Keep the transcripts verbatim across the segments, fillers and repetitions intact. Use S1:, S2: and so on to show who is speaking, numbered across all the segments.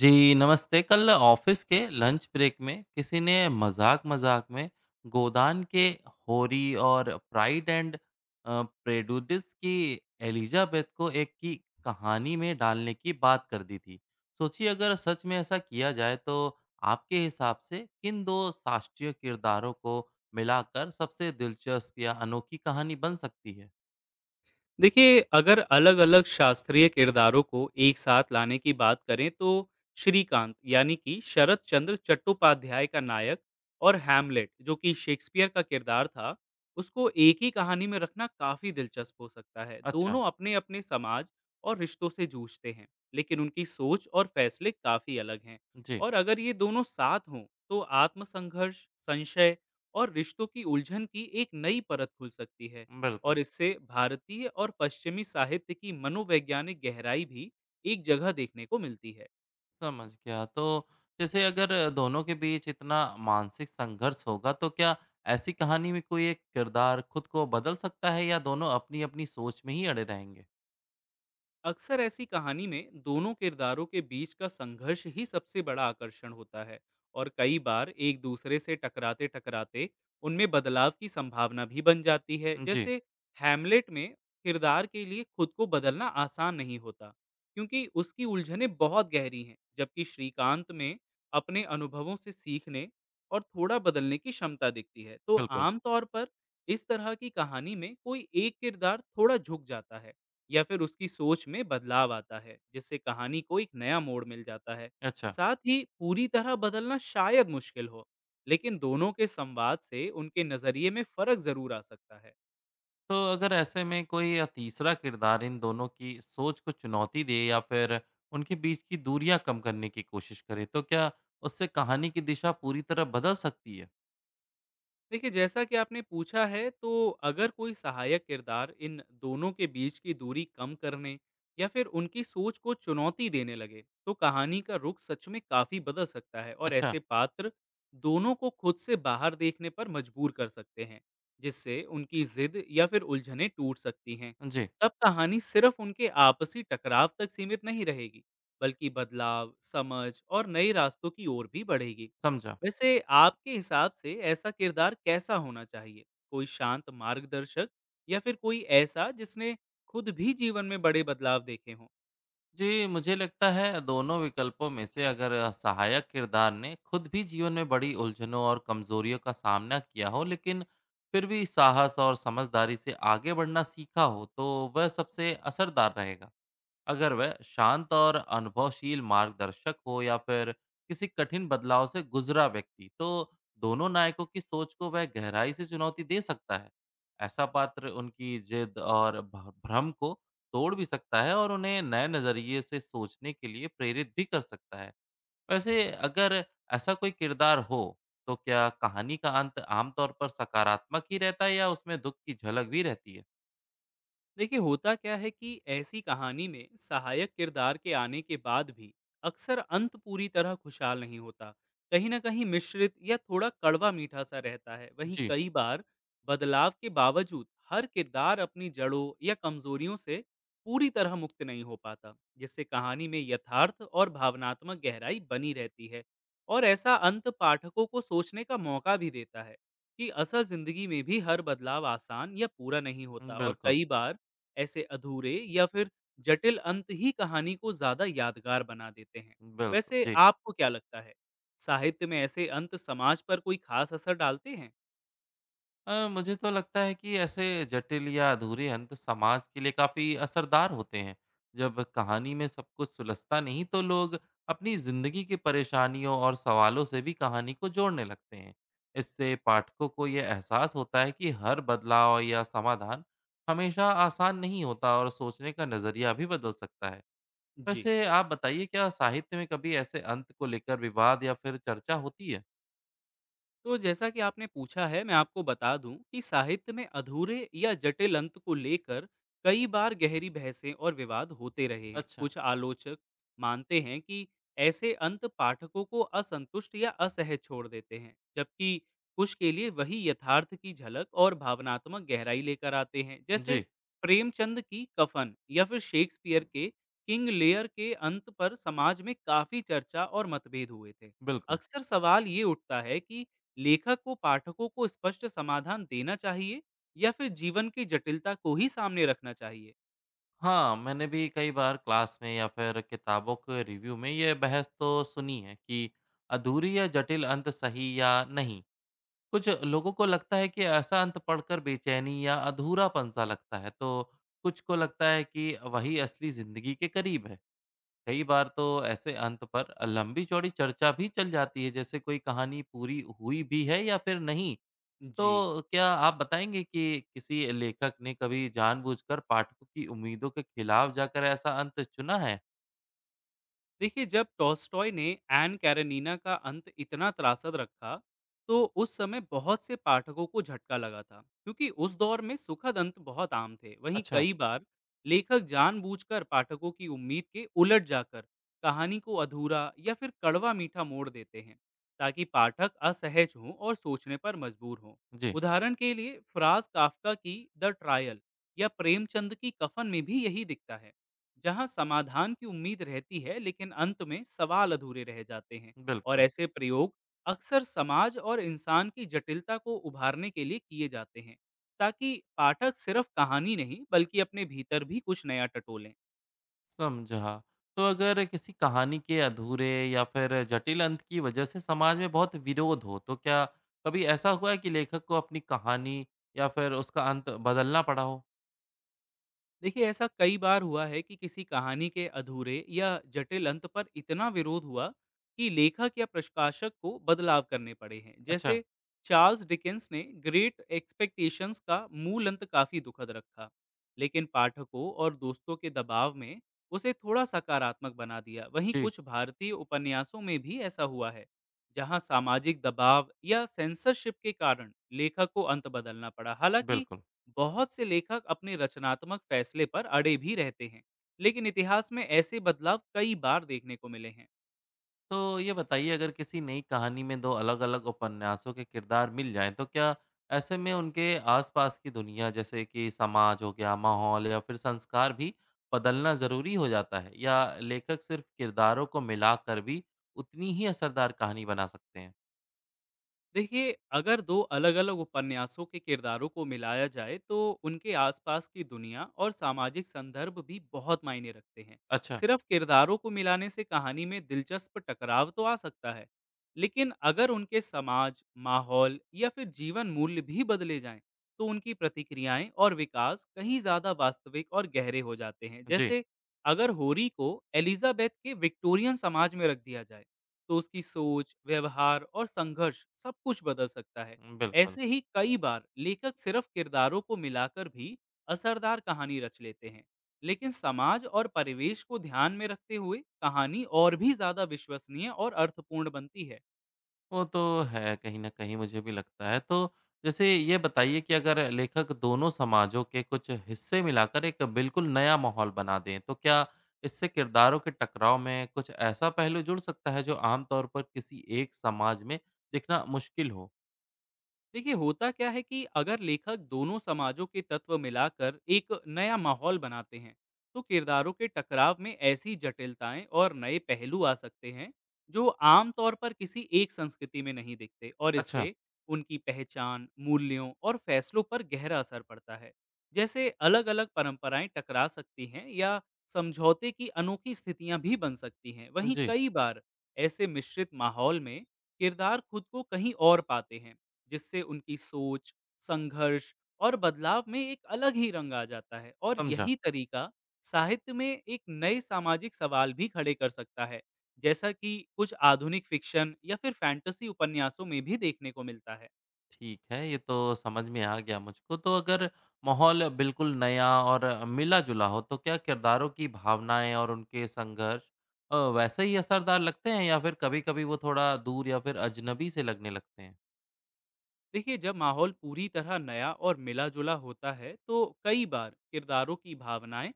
S1: जी नमस्ते। कल ऑफिस के लंच ब्रेक में किसी ने मजाक मजाक में गोदान के होरी और प्राइड एंड प्रेजुडिस की एलिजाबेथ को एक की कहानी में डालने की बात कर दी थी। सोचिए अगर सच में ऐसा किया जाए तो आपके हिसाब से किन दो शास्त्रीय किरदारों को मिलाकर सबसे दिलचस्प या अनोखी कहानी बन सकती है?
S2: देखिए, अगर अलग-अलग शास्त्रीय किरदारों को एक साथ लाने की बात करें तो श्रीकांत यानी कि शरत चंद्र चट्टोपाध्याय का नायक और हैमलेट जो कि शेक्सपियर का किरदार था, उसको एक ही कहानी में रखना काफ़ी दिलचस्प हो सकता है।
S1: अच्छा।
S2: दोनों अपने-अपने समाज और रिश्तों से जूझते हैं, लेकिन उनकी सोच और फैसले काफ़ी अलग हैं।
S1: जी।
S2: और अगर ये दोनों साथ हों, तो आत्मसंघर्ष, संशय और रिश्तों की उलझन की एक नई परत खुल सकती है। और
S1: बिल्कुल।
S2: इससे भारतीय और पश्चिमी साहित्य की मनोवैज्ञानिक गहराई भी एक जगह देखने को मिलती है।
S1: समझ गया। तो जैसे अगर दोनों के बीच इतना मानसिक संघर्ष होगा तो क्या ऐसी कहानी में कोई एक किरदार खुद को बदल सकता है या दोनों अपनी-अपनी सोच में ही अड़े रहेंगे?
S2: अक्सर ऐसी कहानी में दोनों किरदारों के बीच का संघर्ष ही सबसे बड़ा आकर्षण होता है और कई बार एक दूसरे से टकराते टकराते उनमें बदलाव की संभावना भी बन जाती है।
S1: जी।
S2: जैसे हैमलेट में किरदार के लिए खुद को बदलना आसान नहीं होता क्योंकि उसकी उलझनें बहुत गहरी हैं, जबकि श्रीकांत में अपने अनुभवों से सीखने और थोड़ा बदलने की क्षमता दिखती है। तो
S1: बिल्कुल।
S2: आमतौर पर इस तरह की कहानी में कोई एक किरदार थोड़ा झुक जाता है या फिर उसकी सोच में बदलाव आता है, जिससे कहानी को एक नया मोड़ मिल जाता है।
S1: अच्छा,
S2: साथ ही पूरी तरह बदलना शायद मुश्किल हो, लेकिन दोनों के संवाद से उनके नजरिए में फर्क जरूर आ सकता है।
S1: तो अगर ऐसे में कोई अ, तीसरा किरदार इन दोनों की सोच को चुनौती दे या फिर उनके बीच की दूरियाँ कम करने की कोशिश करे तो क्या उससे कहानी की दिशा पूरी तरह बदल सकती है?
S2: देखिए, जैसा कि आपने पूछा है, तो अगर कोई सहायक किरदार इन दोनों के बीच की दूरी कम करने या फिर उनकी सोच को चुनौती देने लगे, तो कहानी का रुख सच में काफी बदल सकता है। और
S1: अच्छा।
S2: ऐसे पात्र दोनों को खुद से बाहर देखने पर मजबूर कर सकते हैं, जिससे उनकी जिद या फिर उलझनें टूट सकती हैं।
S1: जी।
S2: तब कहानी सिर्फ उनके आपसी टकराव तक सीमित नहीं रहेगी, बल्कि बदलाव, समझ और नए रास्तों की ओर भी बढ़ेगी।
S1: समझा।
S2: वैसे आपके हिसाब से ऐसा किरदार कैसा होना चाहिए? कोई शांत मार्गदर्शक या फिर कोई ऐसा जिसने खुद भी जीवन में बड़े बदलाव देखे हों?
S1: जी, मुझे लगता है दोनों विकल्पों में से अगर सहायक किरदार ने खुद भी जीवन में बड़ी उलझनों और कमजोरियों का सामना किया हो, लेकिन फिर भी साहस और समझदारी से आगे बढ़ना सीखा हो, तो वह सबसे असरदार रहेगा। अगर वह शांत और अनुभवशील मार्गदर्शक हो या फिर किसी कठिन बदलाव से गुजरा व्यक्ति तो दोनों नायकों की सोच को वह गहराई से चुनौती दे सकता है। ऐसा पात्र उनकी जिद और भ- भ्रम को तोड़ भी सकता है और उन्हें नए नज़रिए से सोचने के लिए प्रेरित भी कर सकता है। वैसे अगर ऐसा कोई किरदार हो तो क्या कहानी का अंत आमतौर पर सकारात्मक ही रहता है या उसमें दुख की झलक भी रहती है?
S2: देखिए, होता क्या है कि ऐसी कहानी में सहायक किरदार के आने के बाद भी अक्सर अंत पूरी तरह खुशहाल नहीं होता। कहीं ना कहीं मिश्रित या थोड़ा कड़वा मीठा सा रहता है। वहीं
S1: जी।
S2: कई बार बदलाव के बावजूद हर किरदार अपनी जड़ों या कमजोरियों से पूरी तरह मुक्त नहीं हो पाता, जिससे कहानी में यथार्थ और भावनात्मक गहराई बनी रहती है। और ऐसा अंत पाठकों को सोचने का मौका भी देता है कि असल जिंदगी में भी हर बदलाव आसान या पूरा नहीं होता और
S1: बिल्कुल।
S2: कई बार ऐसे अधूरे या फिर जटिल अंत ही कहानी को ज़्यादा यादगार बना देते हैं।
S1: बिल्कुल
S2: वैसे
S1: जी।
S2: आपको क्या लगता है, साहित्य में ऐसे अंत समाज पर कोई खास असर डालते हैं?
S1: अ, मुझे तो लगता है कि ऐसे जटिल या अधूरे अंत समाज के लिए काफी असरदार होते हैं। जब कहानी में सब कुछ सुलझता नहीं तो लोग अपनी जिंदगी की परेशानियों और सवालों से भी कहानी को जोड़ने लगते हैं। इससे पाठकों को यह एहसास होता है कि हर बदलाव या समाधान हमेशा आसान नहीं होता और सोचने का नजरिया भी बदल सकता है।
S2: जी।
S1: वैसे आप बताइए क्या साहित्य में कभी ऐसे अंत को लेकर विवाद या फिर चर्चा होती है?
S2: तो जैसा कि आपने पूछा है, मैं आपको बता दूं कि साहित्य में अधूरे या जटिल अंत को लेकर कई बार गहरी बहसें और विवाद होते रहे हैं।
S1: अच्छा।
S2: कुछ आलोचक मानते हैं कि ऐसे अंत पाठकों को असंतुष्ट या असहज छोड़ देते हैं, जबकि कुछ के लिए वही यथार्थ की झलक और भावनात्मक गहराई लेकर आते हैं। जैसे
S1: जी।
S2: प्रेमचंद की कफन या फिर शेक्सपियर के किंग लेयर के अंत पर समाज में काफी चर्चा और मतभेद हुए थे।
S1: बिल्कुल।
S2: अक्सर सवाल ये उठता है कि लेखक को पाठकों को स्पष्ट समाधान देना चाहिए या फिर जीवन की जटिलता को ही सामने रखना चाहिए।
S1: हाँ, मैंने भी कई बार क्लास में या फिर किताबों के रिव्यू में ये बहस तो सुनी है कि अधूरी या जटिल अंत सही या नहीं। कुछ लोगों को लगता है कि ऐसा अंत पढ़कर बेचैनी या अधूरापन सा लगता है, तो कुछ को लगता है कि वही असली जिंदगी के करीब है। कई बार तो ऐसे अंत पर लंबी चौड़ी चर्चा भी चल जाती है, जैसे कोई कहानी पूरी हुई भी है या फिर नहीं।
S2: जी।
S1: तो क्या आप बताएँगे कि किसी लेखक ने कभी जानबूझकर पाठकों की उम्मीदों के खिलाफ जाकर ऐसा अंत चुना है?
S2: देखिए, जब टॉलस्टॉय ने एन कैरेनिना का अंत इतना त्रासद रखा, तो उस समय बहुत से पाठकों को झटका लगा था, क्योंकि उस दौर में सुखद अंत बहुत आम थे। वहीं
S1: अच्छा।
S2: कई बार लेखक जानबूझकर पाठकों की उम्मीद के उलट जाकर कहानी को अधूरा या फिर कड़वा मीठा मोड़ देते हैं, ताकि पाठक असहज हों और सोचने पर मजबूर हों।
S1: जी।
S2: उदाहरण के लिए फ्राज काफ्का की द ट्रायल या प्रेमचंद की कफन में भी यही दिखता है, जहां समाधान की उम्मीद रहती है लेकिन अंत में सवाल अधूरे रह जाते हैं। और
S1: बिल्कुल।
S2: ऐसे प्रयोग अक्सर समाज और इंसान की जटिलता को उभारने के लिए किए जाते हैं, ताकि पाठक सिर्फ कहानी नहीं बल्कि अपने भीतर भी कुछ नया टटोलें।
S1: समझा। तो अगर किसी कहानी के अधूरे या फिर जटिल अंत की वजह से समाज में बहुत विरोध हो, तो क्या कभी ऐसा हुआ है कि लेखक को अपनी कहानी या फिर उसका अंत बदलना पड़ा हो?
S2: देखिए, ऐसा कई बार हुआ है कि किसी कहानी के अधूरे या जटिल अंत पर इतना विरोध हुआ कि लेखक या प्रकाशक को बदलाव करने पड़े हैं।
S1: अच्छा।
S2: जैसे चार्ल्स डिकेंस ने ग्रेट एक्सपेक्टेशंस का मूल अंत काफी दुखद रखा, लेकिन पाठकों और दोस्तों के दबाव में उसे थोड़ा सकारात्मक बना दिया। वहीं
S1: जी।
S2: कुछ भारतीय उपन्यासों में भी ऐसा हुआ है जहां सामाजिक दबाव या सेंसरशिप के कारण लेखक को अंत बदलना पड़ा। हालांकि
S1: बिल्कुल।
S2: बहुत से लेखक अपने रचनात्मक फैसले पर अड़े भी रहते हैं, लेकिन इतिहास में ऐसे बदलाव कई बार देखने को मिले हैं।
S1: तो ये बताइए अगर किसी नई कहानी में दो अलग-अलग उपन्यासों के किरदार मिल जाएँ तो क्या ऐसे में उनके आसपास की दुनिया, जैसे कि समाज हो गया, माहौल या फिर संस्कार भी बदलना ज़रूरी हो जाता है? या लेखक सिर्फ किरदारों को मिलाकर भी उतनी ही असरदार कहानी बना सकते हैं?
S2: देखिए, अगर दो अलग-अलग उपन्यासों के किरदारों को मिलाया जाए, तो उनके आसपास की दुनिया और सामाजिक संदर्भ भी बहुत मायने रखते हैं।
S1: अच्छा।
S2: सिर्फ किरदारों को मिलाने से कहानी में दिलचस्प टकराव तो आ सकता है, लेकिन अगर उनके समाज, माहौल या फिर जीवन मूल्य भी बदले जाएं, तो उनकी प्रतिक्रियाएं और विकास कहीं ज़्यादा वास्तविक और गहरे हो जाते हैं।
S1: जी।
S2: जैसे अगर होरी को एलिजाबेथ के विक्टोरियन समाज में रख दिया जाए, तो उसकी सोच, व्यवहार और संघर्ष सब कुछ बदल सकता है।
S1: बिल्कुल।
S2: ऐसे ही कई बार लेखक सिर्फ किरदारों को मिलाकर भी असरदार कहानी रच लेते हैं, लेकिन समाज और परिवेश को ध्यान में रखते हुए कहानी और भी ज्यादा विश्वसनीय और अर्थपूर्ण बनती है।
S1: वो तो है, कहीं न कहीं मुझे भी लगता है। तो जैसे ये बताइए कि अगर लेखक दोनों समाजों के कुछ हिस्से मिलाकर एक बिल्कुल नया माहौल बना दें, तो क्या इससे किरदारों के टकराव में कुछ ऐसा पहलू जुड़ सकता है जो आम तौर पर किसी एक समाज में दिखना मुश्किल हो?
S2: देखिए, होता क्या है कि अगर लेखक दोनों समाजों के तत्व मिलाकर एक नया माहौल बनाते हैं, तो किरदारों के टकराव में ऐसी जटिलताएं और नए पहलू आ सकते हैं जो आमतौर पर किसी एक संस्कृति में नहीं दिखते। और
S1: अच्छा।
S2: इससे उनकी पहचान, मूल्यों और फैसलों पर गहरा असर पड़ता है। जैसे अलग अलग परंपराएं टकरा सकती हैं या समझौते की अनोखी स्थितियां भी बन सकती हैं। वहीं
S1: जी।
S2: कई बार ऐसे मिश्रित माहौल में किरदार खुद को कहीं और पाते हैं, जिससे उनकी सोच, संघर्ष और बदलाव में एक अलग ही रंग आ जाता है। और
S1: समझा।
S2: यही तरीका साहित्य में एक नए सामाजिक सवाल भी खड़े कर सकता है, जैसा कि कुछ आधुनिक फिक्शन या फिर फैंटेसी उपन्यासों में भी देखने को मिलता है।
S1: ठीक है, ये तो समझ में आ गया मुझको। तो अगर माहौल बिल्कुल नया और मिला-जुला हो, तो क्या किरदारों की भावनाएँ और उनके संघर्ष अ, वैसे ही असरदार लगते हैं या फिर कभी-कभी वो थोड़ा दूर या फिर अजनबी से लगने लगते हैं?
S2: देखिए, जब माहौल पूरी तरह नया और मिला-जुला होता है, तो कई बार किरदारों की भावनाएं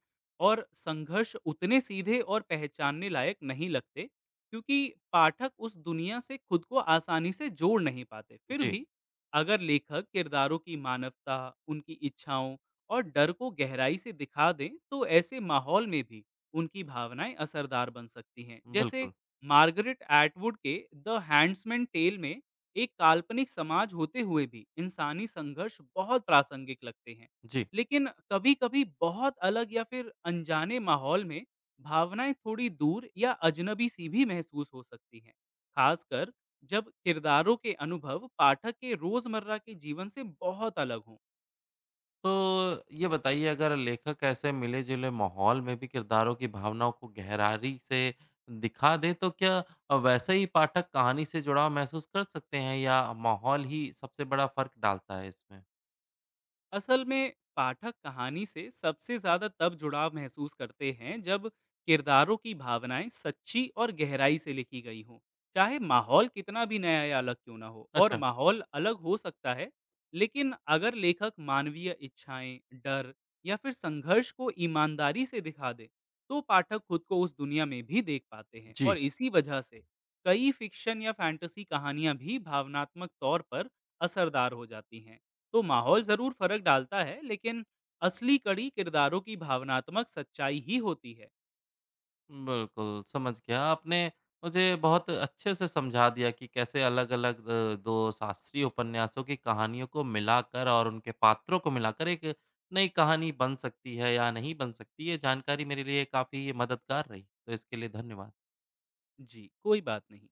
S2: और संघर्ष उतने सीधे और पहचानने लायक नहीं लगते, क्योंकि पाठक उस दुनिया से खुद को आसानी से जोड़ नहीं पाते। फिर
S1: जी।
S2: भी अगर लेखक किरदारों की मानवता, उनकी इच्छाओं और डर को गहराई से दिखा दें, तो ऐसे माहौल में भी उनकी भावनाएं असरदार बन सकती हैं। जैसे
S1: बिल्कुल।
S2: मार्गरेट एटवुड के द हैंड्समैन टेल में एक काल्पनिक समाज होते हुए भी इंसानी संघर्ष बहुत प्रासंगिक लगते हैं।
S1: जी,
S2: लेकिन कभी-कभी बहुत अलग या फिर अनजाने माहौल में भावनाएं थोड़ी दूर या अजनबी सी भी महसूस हो सकती हैं, खासकर जब किरदारों के अनुभव पाठक के रोजमर्रा के जीवन से बहुत अलग हों।
S1: तो ये बताइए अगर लेखक ऐसे मिले-जुले माहौल में भी किरदारों की भावनाओं को गहराई से दिखा दें, तो क्या अ, वैसे ही पाठक कहानी से जुड़ाव महसूस कर सकते हैं या माहौल ही सबसे बड़ा फ़र्क डालता है इसमें?
S2: असल में पाठक कहानी से सबसे ज्यादा तब जुड़ाव महसूस करते हैं जब किरदारों की भावनाएं सच्ची और गहराई से लिखी गई हों, चाहे माहौल कितना भी नया या अलग क्यों ना हो। और
S1: अच्छा।
S2: माहौल अलग हो सकता है, लेकिन अगर लेखक मानवीय इच्छाएं, डर या फिर संघर्ष को ईमानदारी से दिखा दे, तो पाठक खुद को उस दुनिया में भी देख पाते हैं।
S1: जी।
S2: और इसी वजह से कई फिक्शन या फैंटेसी कहानियां भी भावनात्मक तौर पर असरदार हो जाती हैं। तो माहौल जरूर फर्क डालता है, लेकिन असली कड़ी किरदारों की भावनात्मक सच्चाई ही होती है।
S1: बिल्कुल, समझ गया। आपने मुझे बहुत अच्छे से समझा दिया कि कैसे अलग-अलग अ, दो शास्त्रीय उपन्यासों की कहानियों को मिलाकर और उनके पात्रों को मिलाकर एक नई कहानी बन सकती है या नहीं बन सकती। ये जानकारी मेरे लिए काफ़ी मददगार रही, तो इसके लिए धन्यवाद।
S2: जी, कोई बात नहीं।